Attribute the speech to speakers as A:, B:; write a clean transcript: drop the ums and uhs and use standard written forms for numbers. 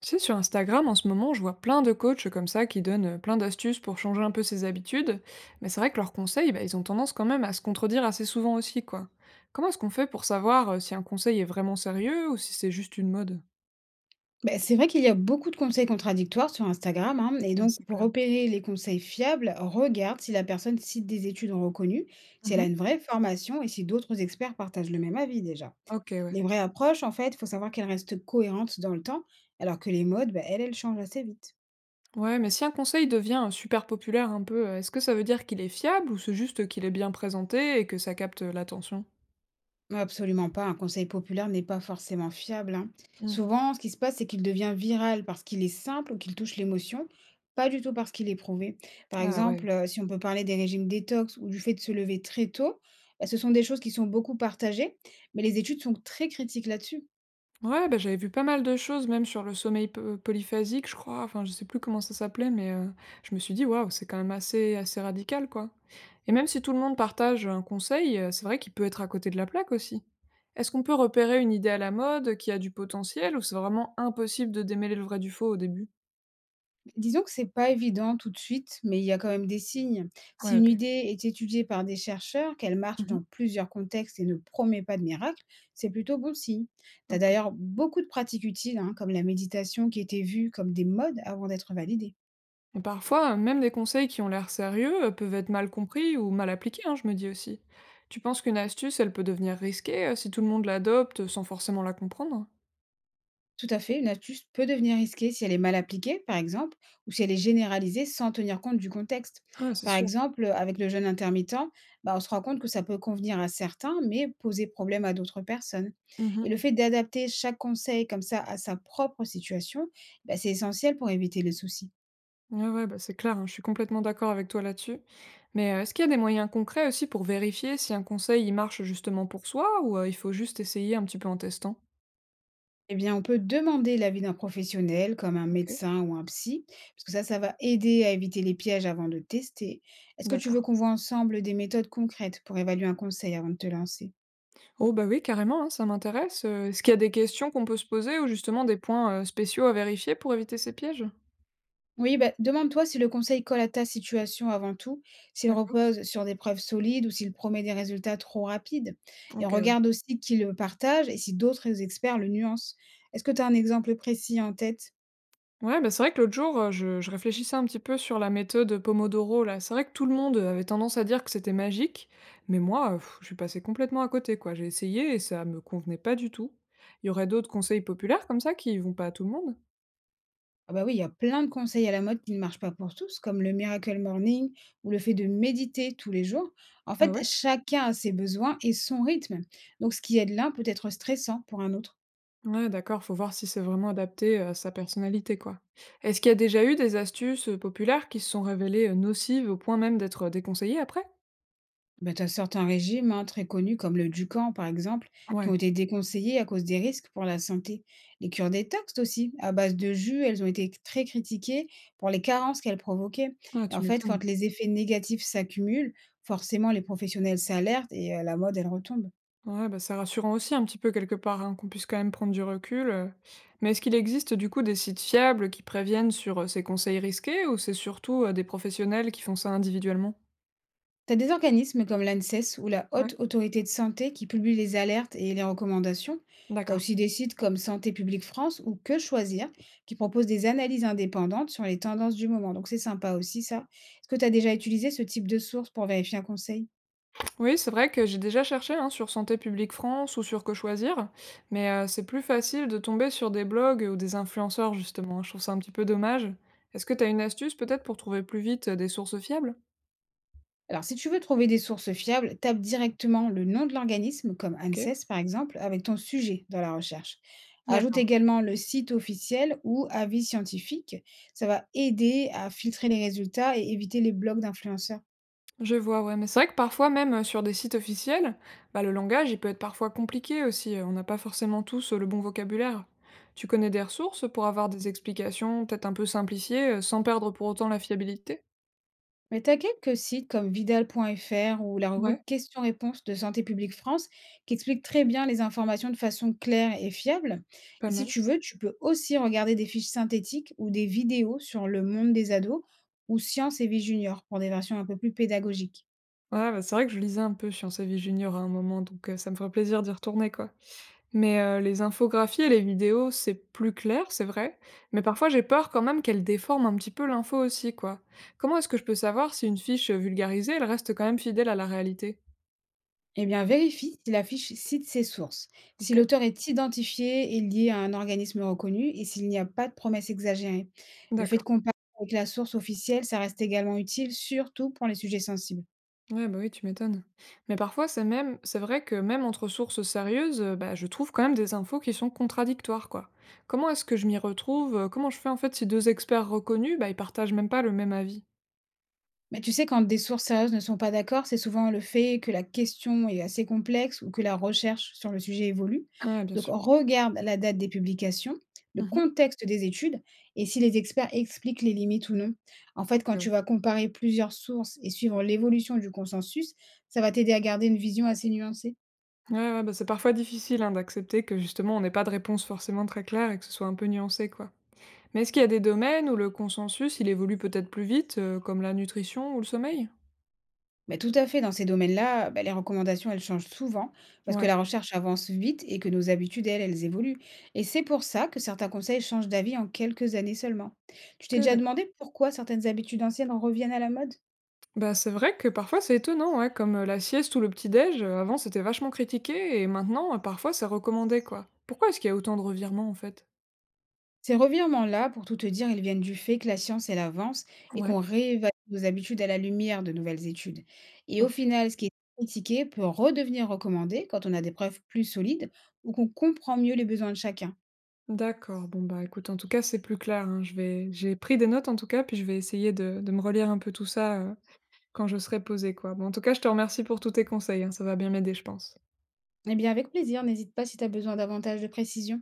A: Tu sais, sur Instagram, en ce moment, je vois plein de coachs comme ça qui donnent plein d'astuces pour changer un peu ses habitudes, mais c'est vrai que leurs conseils, bah, ils ont tendance quand même à se contredire assez souvent aussi, quoi. Comment est-ce qu'on fait pour savoir si un conseil est vraiment sérieux ou si c'est juste une mode?
B: Beh, c'est vrai qu'il y a beaucoup de conseils contradictoires sur Instagram, hein, et
A: Ouais,
B: donc
A: c'est
B: pour
A: clair.
B: repérer les conseils fiables, regarde si la personne cite des études reconnues, si elle a
A: Mhm.
B: une vraie formation et si d'autres experts partagent le même avis déjà.
A: Ok, ouais.
B: Les vraies approches, en fait, il faut savoir qu'elles restent cohérentes dans le temps, alors que les modes, bah, elles changent assez vite.
A: Ouais, mais si un conseil devient super populaire un peu, est-ce que ça veut dire qu'il est fiable ou c'est juste qu'il est bien présenté et que ça capte l'attention?
B: Absolument pas, un conseil populaire n'est pas forcément fiable, hein.
A: Mm.
B: Souvent, ce qui se passe, c'est qu'il devient viral parce qu'il est simple ou qu'il touche l'émotion, pas du tout parce qu'il est prouvé. Par
A: Ah ouais,
B: exemple, si on peut parler des régimes détox ou du fait de se lever très tôt, bah, ce sont des choses qui sont beaucoup partagées, mais les études sont très critiques là-dessus.
A: ouais, bah, j'avais vu pas mal de choses même sur le sommeil p polyphasique, je crois, enfin, je sais plus comment ça s'appelait, mais je me suis dit: «Waouh, c'est quand même assez radical, quoi» et même si tout le monde partage un conseil, c'est vrai qu'il peut être à côté de la plaque aussi. Est-ce qu'on peut repérer une idée à la mode qui a du potentiel ou c'est vraiment impossible de démêler le vrai du faux au début?
B: Disons que c'est pas évident tout de suite, mais il y a quand même des signes.
A: Ouais,
B: Si une
A: OK.
B: idée est étudiée par des chercheurs, qu'elle marche
A: Mmh.
B: dans plusieurs contextes et ne promet pas de miracle, c'est plutôt bon signe. Tu as
A: OK.
B: d'ailleurs beaucoup de pratiques utiles, hein, comme la méditation qui était vue comme des modes avant d'être validée.
A: Et parfois, même des conseils qui ont l'air sérieux peuvent être mal compris ou mal appliqués, hein, je me dis aussi. Tu penses qu'une astuce, elle peut devenir risquée si tout le monde l'adopte sans forcément la comprendre?
B: Tout à fait, une astuce peut devenir risquée si elle est mal appliquée, par exemple, ou si elle est généralisée sans tenir compte du contexte.
A: Ah, c'est
B: Par
A: sûr.
B: exemple, avec le jeûne intermittent, bah, on se rend compte que ça peut convenir à certains, mais poser problème à d'autres personnes.
A: Mhm.
B: Et le fait d'adapter chaque conseil comme ça à sa propre situation, bah, c'est essentiel pour éviter les soucis.
A: Ouais, ouais, bah c'est clair, hein, je suis complètement d'accord avec toi là-dessus. Mais est-ce qu'il y a des moyens concrets aussi pour vérifier si un conseil il marche justement pour soi ou il faut juste essayer un petit peu en testant?
B: Eh bien, on peut demander l'avis d'un professionnel, comme un
A: Ok,
B: médecin ou un psy, parce que ça va aider à éviter les pièges avant de tester. Est-ce que tu
A: d'accord.
B: veux qu'on voit ensemble des méthodes concrètes pour évaluer un conseil avant de te lancer?
A: Oh bah oui, carrément, hein, ça m'intéresse. Est-ce qu'il y a des questions qu'on peut se poser ou justement des points spéciaux à vérifier pour éviter ces pièges?
B: Oui, bah, demande-toi si le conseil colle à ta situation avant tout, s'il
A: D'accord.
B: repose sur des preuves solides ou s'il promet des résultats trop rapides. Et
A: Ok.
B: regarde aussi qui le partage et si d'autres experts le nuancent. Est-ce que tu as un exemple précis en tête?
A: Ouais, bah, c'est vrai que l'autre jour, je réfléchissais un petit peu sur la méthode Pomodoro là. C'est vrai que tout le monde avait tendance à dire que c'était magique, mais moi, je suis passée complètement à côté quoi. J'ai essayé et ça me convenait pas du tout. Il y aurait d'autres conseils populaires comme ça qui vont pas à tout le monde?
B: Ah bah oui, il y a plein de conseils à la mode qui ne marchent pas pour tous, comme le Miracle Morning ou le fait de méditer tous les jours. En
A: Ah
B: fait,
A: ouais?
B: chacun a ses besoins et son rythme. Donc, ce qui aide l'un peut être stressant pour un autre.
A: Ouais d'accord, faut voir si c'est vraiment adapté, à sa personnalité quoi. Est-ce qu'il y a déjà eu des astuces, populaires qui se sont révélées, nocives au point même d'être, déconseillées après?
B: Bah, tu as certains régimes hein, très connus comme le Ducan par exemple, qui
A: Ouais.
B: ont été déconseillés à cause des risques pour la santé. Les cures détox aussi, à base de jus, elles ont été très critiquées pour les carences qu'elles provoquaient.
A: Ah
B: Et
A: tu
B: en fait,
A: m'étonnes.
B: quand les effets négatifs s'accumulent, forcément les professionnels s'alertent et la mode, elle retombe.
A: Ouais, bah, c'est rassurant aussi un petit peu quelque part, hein, qu'on puisse quand même prendre du recul. Mais est-ce qu'il existe du coup des sites fiables qui préviennent sur, ces conseils risqués ou c'est surtout, des professionnels qui font ça individuellement?
B: T'as des organismes comme l'ANSES ou la
A: Ouais,
B: Haute Autorité de Santé qui publient les alertes et les recommandations. T'as
A: d'accord.
B: aussi des sites comme Santé publique France ou Que choisir qui proposent des analyses indépendantes sur les tendances du moment. Donc c'est sympa aussi ça. Est-ce que tu as déjà utilisé ce type de source pour vérifier un conseil?
A: Oui, c'est vrai que j'ai déjà cherché, hein, sur Santé publique France ou sur Que choisir, mais, c'est plus facile de tomber sur des blogs ou des influenceurs justement, hein. Je trouve ça un petit peu dommage. Est-ce que tu as une astuce peut-être pour trouver plus vite, des sources fiables?
B: Alors, si tu veux trouver des sources fiables, tape directement le nom de l'organisme, comme
A: OK,
B: ANSES par exemple, avec ton sujet dans la recherche. Ajoute
A: d'accord.
B: également le site officiel ou avis scientifique. Ça va aider à filtrer les résultats et éviter les blogs d'influenceurs.
A: Je vois, ouais, mais c'est vrai que parfois, même sur des sites officiels, bah, le langage, il peut être parfois compliqué aussi. On n'a pas forcément tous le bon vocabulaire. Tu connais des ressources pour avoir des explications peut-être un peu simplifiées, sans perdre pour autant la fiabilité?
B: Mais tu as quelques sites comme vidal.fr ou la rubrique
A: Ouais,
B: questions-réponses de Santé publique France qui expliquent très bien les informations de façon claire et fiable.
A: pas
B: Et si
A: mal.
B: tu veux, tu peux aussi regarder des fiches synthétiques ou des vidéos sur le monde des ados ou Science et vie junior pour des versions un peu plus pédagogiques.
A: Ouais, bah, c'est vrai que je lisais un peu Science et Vie Junior à un moment, donc ça me ferait plaisir d'y retourner, quoi. Mais les infographies et les vidéos, c'est plus clair, c'est vrai, mais parfois j'ai peur quand même qu'elles déforment un petit peu l'info aussi, quoi. Comment est-ce que je peux savoir si une fiche vulgarisée, elle reste quand même fidèle à la réalité?
B: Eh bien, vérifie si la fiche cite ses sources, si
A: OK,
B: l'auteur est identifié et lié à un organisme reconnu et s'il n'y a pas de promesses exagérées. Le fait de
A: d'accord.
B: comparer avec la source officielle, ça reste également utile, surtout pour les sujets sensibles.
A: Ouais, bah, oui, tu m'étonnes. Mais parfois, c'est vrai que même entre sources sérieuses, bah, je trouve quand même des infos qui sont contradictoires, quoi. Comment est-ce que je m'y retrouve? Comment je fais, en fait, si 2 experts reconnus, bah, ils partagent même pas le même avis?
B: Mais tu sais, quand des sources sérieuses ne sont pas d'accord, c'est souvent le fait que la question est assez complexe ou que la recherche sur le sujet évolue.
A: Ouais, bien
B: Donc,
A: sûr.
B: regarde la date des publications, le
A: Mmh.
B: contexte des études et si les experts expliquent les limites ou non. En fait,
A: OK,
B: quand
A: ouais.
B: tu vas comparer plusieurs sources et suivre l'évolution du consensus, ça va t'aider à garder une vision assez nuancée.
A: Ouais, ouais, bah, c'est parfois difficile, hein, d'accepter que justement on n'ait pas de réponse forcément très claire et que ce soit un peu nuancé, quoi. Mais est-ce qu'il y a des domaines où le consensus, il évolue peut-être plus vite, comme la nutrition ou le sommeil?
B: Mais tout à fait, dans ces domaines-là, bah, les recommandations, elles changent souvent parce que
A: Ouais.
B: la recherche avance vite et que nos habitudes, elles évoluent. Et c'est pour ça que certains conseils changent d'avis en quelques années seulement. Tu t'es
A: OK,
B: déjà
A: d'accord.
B: demandé pourquoi certaines habitudes anciennes en reviennent à la mode?
A: Bah, c'est vrai que parfois c'est étonnant, ouais, comme la sieste ou le petit-déj, avant c'était vachement critiqué et maintenant parfois c'est recommandé quoi. Pourquoi est-ce qu'il y a autant de revirements en fait?
B: Ces revirements-là, pour tout te dire, ils viennent du fait que la science, elle avance et
A: Ouais,
B: qu'on réévalue nos habitudes à la lumière de nouvelles études. Et au
A: ok.
B: final, ce qui est critiqué peut redevenir recommandé quand on a des preuves plus solides ou qu'on comprend mieux les besoins de chacun.
A: D'accord, bon bah écoute, en tout cas c'est plus clair, hein. Je vais... J'ai pris des notes en tout cas, puis je vais essayer de me relire un peu tout ça quand je serai posée quoi. Bon, en tout cas je te remercie pour tous tes conseils, hein, ça va bien m'aider je pense.
B: Eh bien, avec plaisir, n'hésite pas si tu as besoin davantage de précision.